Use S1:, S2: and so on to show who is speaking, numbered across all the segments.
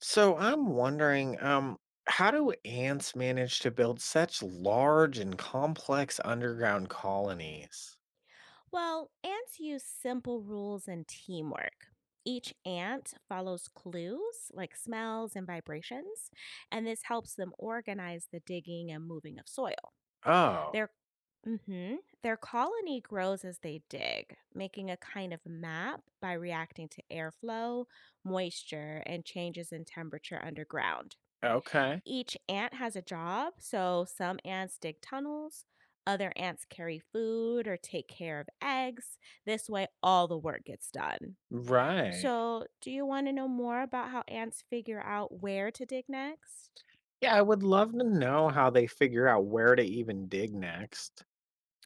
S1: So I'm wondering, how do ants manage to build such large and complex underground colonies?
S2: Well, ants use simple rules and teamwork. Each ant follows clues like smells and vibrations, and this helps them organize the digging and moving of soil.
S1: Oh,
S2: Their hmm their colony grows as they dig, making a kind of map by reacting to airflow, moisture, and changes in temperature underground.
S1: okay.
S2: Each ant has a job, so some ants dig tunnels, other ants carry food or take care of eggs. This way, all the work gets done.
S1: Right.
S2: So, do you want to know more about how ants figure out where to dig next?
S1: Yeah, I would love to know how they figure out where to even dig next.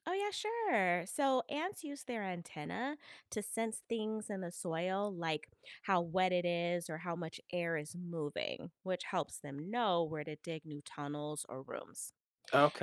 S2: Oh, yeah, sure. So, ants use their antenna to sense things in the soil, like how wet it is or how much air is moving, which helps them know where to dig new tunnels or rooms.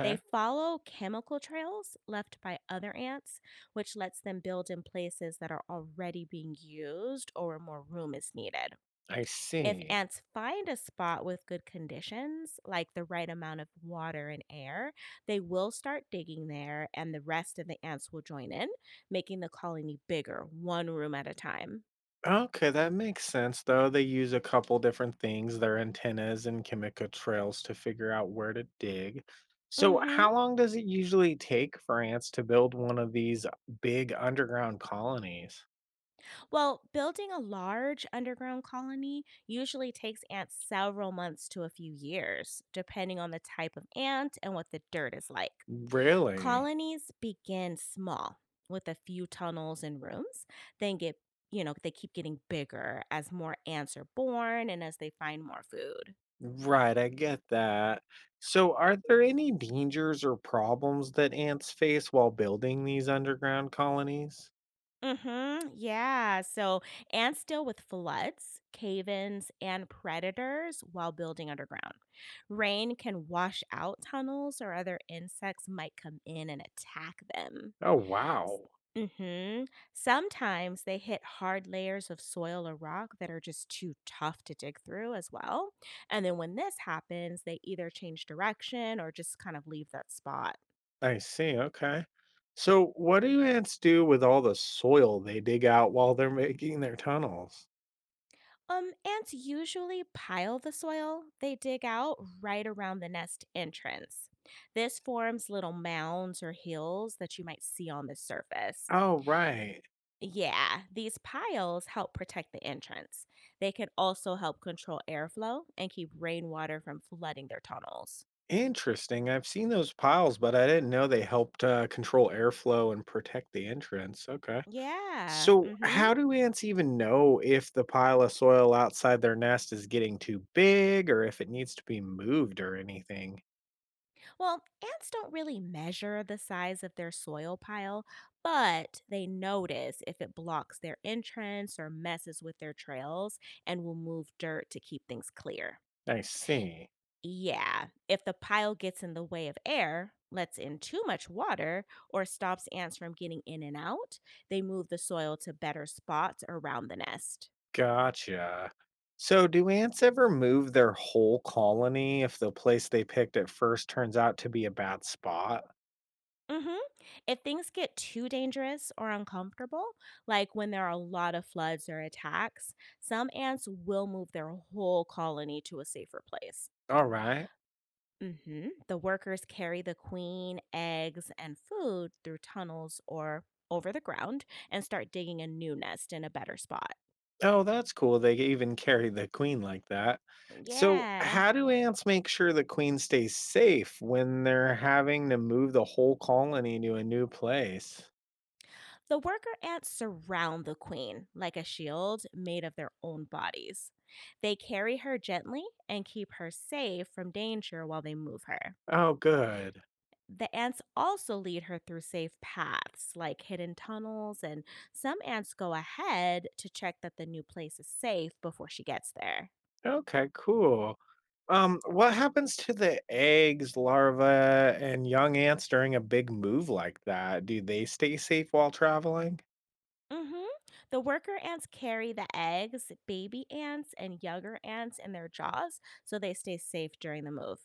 S2: They follow chemical trails left by other ants, which lets them build in places that are already being used or where more room is needed.
S1: I
S2: If
S1: see.
S2: ants find a spot with good conditions, like the right amount of water and air, they will start digging there and the rest of the ants will join in, making the colony bigger, one room at a time.
S1: Okay, that makes sense though. They use a couple different things, their antennas and chemical trails to figure out where to dig.
S2: Mm.
S1: So,
S2: Mhm.
S1: how long does it usually take for ants to build one of these big underground colonies?
S2: Well, building a large underground colony usually takes ants several months to a few years, depending on the type of ant and what the dirt is like.
S1: Really?
S2: Colonies begin small with a few tunnels and rooms, then get, they keep getting bigger as more ants are born and as they find more food.
S1: Right, I get that. So, are there any dangers or problems that ants face while building these underground colonies?
S2: Mhm. Yeah. So ants deal with floods, cave-ins, and predators while building underground. Rain can wash out tunnels or other insects might come in and attack them.
S1: Oh,
S2: S-
S1: wow.
S2: Mhm. Sometimes they hit hard layers of soil or rock that are just too tough to dig through as well. And then when this happens, they either change direction or just kind of leave that spot.
S1: I see, okay. So what do ants do with all the soil they dig out while they're making their tunnels?
S2: Ants usually pile the soil they dig out right around the nest entrance. This forms little mounds or hills that you might see on the surface.
S1: Oh, right.
S2: Yeah, these piles help protect the entrance. They can also help control airflow and keep rainwater from flooding their tunnels.
S1: Interesting. I've seen those piles, but I didn't know they helped control airflow and protect the entrance. Okay.
S2: Yeah,
S1: So
S2: mm, mhm.
S1: how do ants even know if the pile of soil outside their nest is getting too big or if it needs to be moved or anything?
S2: Well, ants don't really measure the size of their soil pile, but they notice if it blocks their entrance or messes with their trails and will move dirt to keep things clear.
S1: I see.
S2: Yeah, if the pile gets in the way of air, lets in too much water, or stops ants from getting in and out, they move the soil to better spots around the nest.
S1: Gotcha. So, do ants ever move their whole colony if the place they picked at first turns out to be a bad spot?
S2: Mhm. If things get too dangerous or uncomfortable, like when there are a lot of floods or attacks, some ants will move their whole colony to a safer place.
S1: All right.
S2: Hmm. The workers carry the queen, eggs, and food through tunnels or over the ground and start digging a new nest in a better spot.
S1: Oh, that's cool. They even carry the queen like that. So,
S2: Yeah.
S1: how do ants make sure the queen stays safe when they're having to move the whole colony to a new place?
S2: The worker ants surround the queen like a shield made of their own bodies. They carry her gently and keep her safe from danger while they move her.
S1: Oh, good.
S2: The ants also lead her through safe paths like hidden tunnels, and some ants go ahead to check that the new place is safe before she gets there.
S1: Okay, cool. What happens to the eggs, larvae, and young ants during a big move like that? Do they stay safe while traveling?
S2: Hmm. The worker ants carry the eggs, baby ants, and younger ants in their jaws so they stay safe during the move.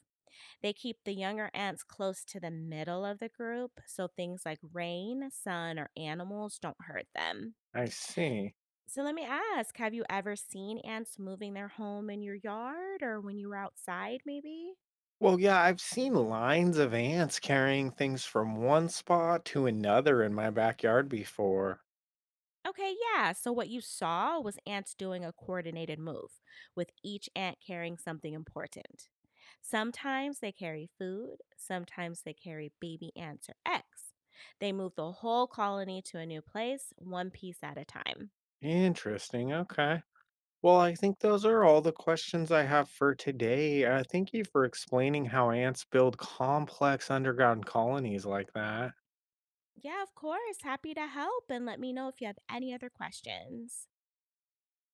S2: They keep the younger ants close to the middle of the group so things like rain, sun, or animals don't hurt them.
S1: I see.
S2: So let me ask, have you ever seen ants moving their home in your yard or when you were outside, maybe?
S1: Well, yeah, I've seen lines of ants carrying things from one spot to another in my backyard before.
S2: Okay, yeah. So what you saw was ants doing a coordinated move, with each ant carrying something important. Sometimes they carry food, sometimes they carry baby ants or eggs. They move the whole colony to a new place, one piece at a time.
S1: Interesting. Okay. Well, I think those are all the questions I have for today. Thank you for explaining how ants build complex underground colonies like that.
S2: Yeah, of course. Happy to help and let me know if you have any other questions.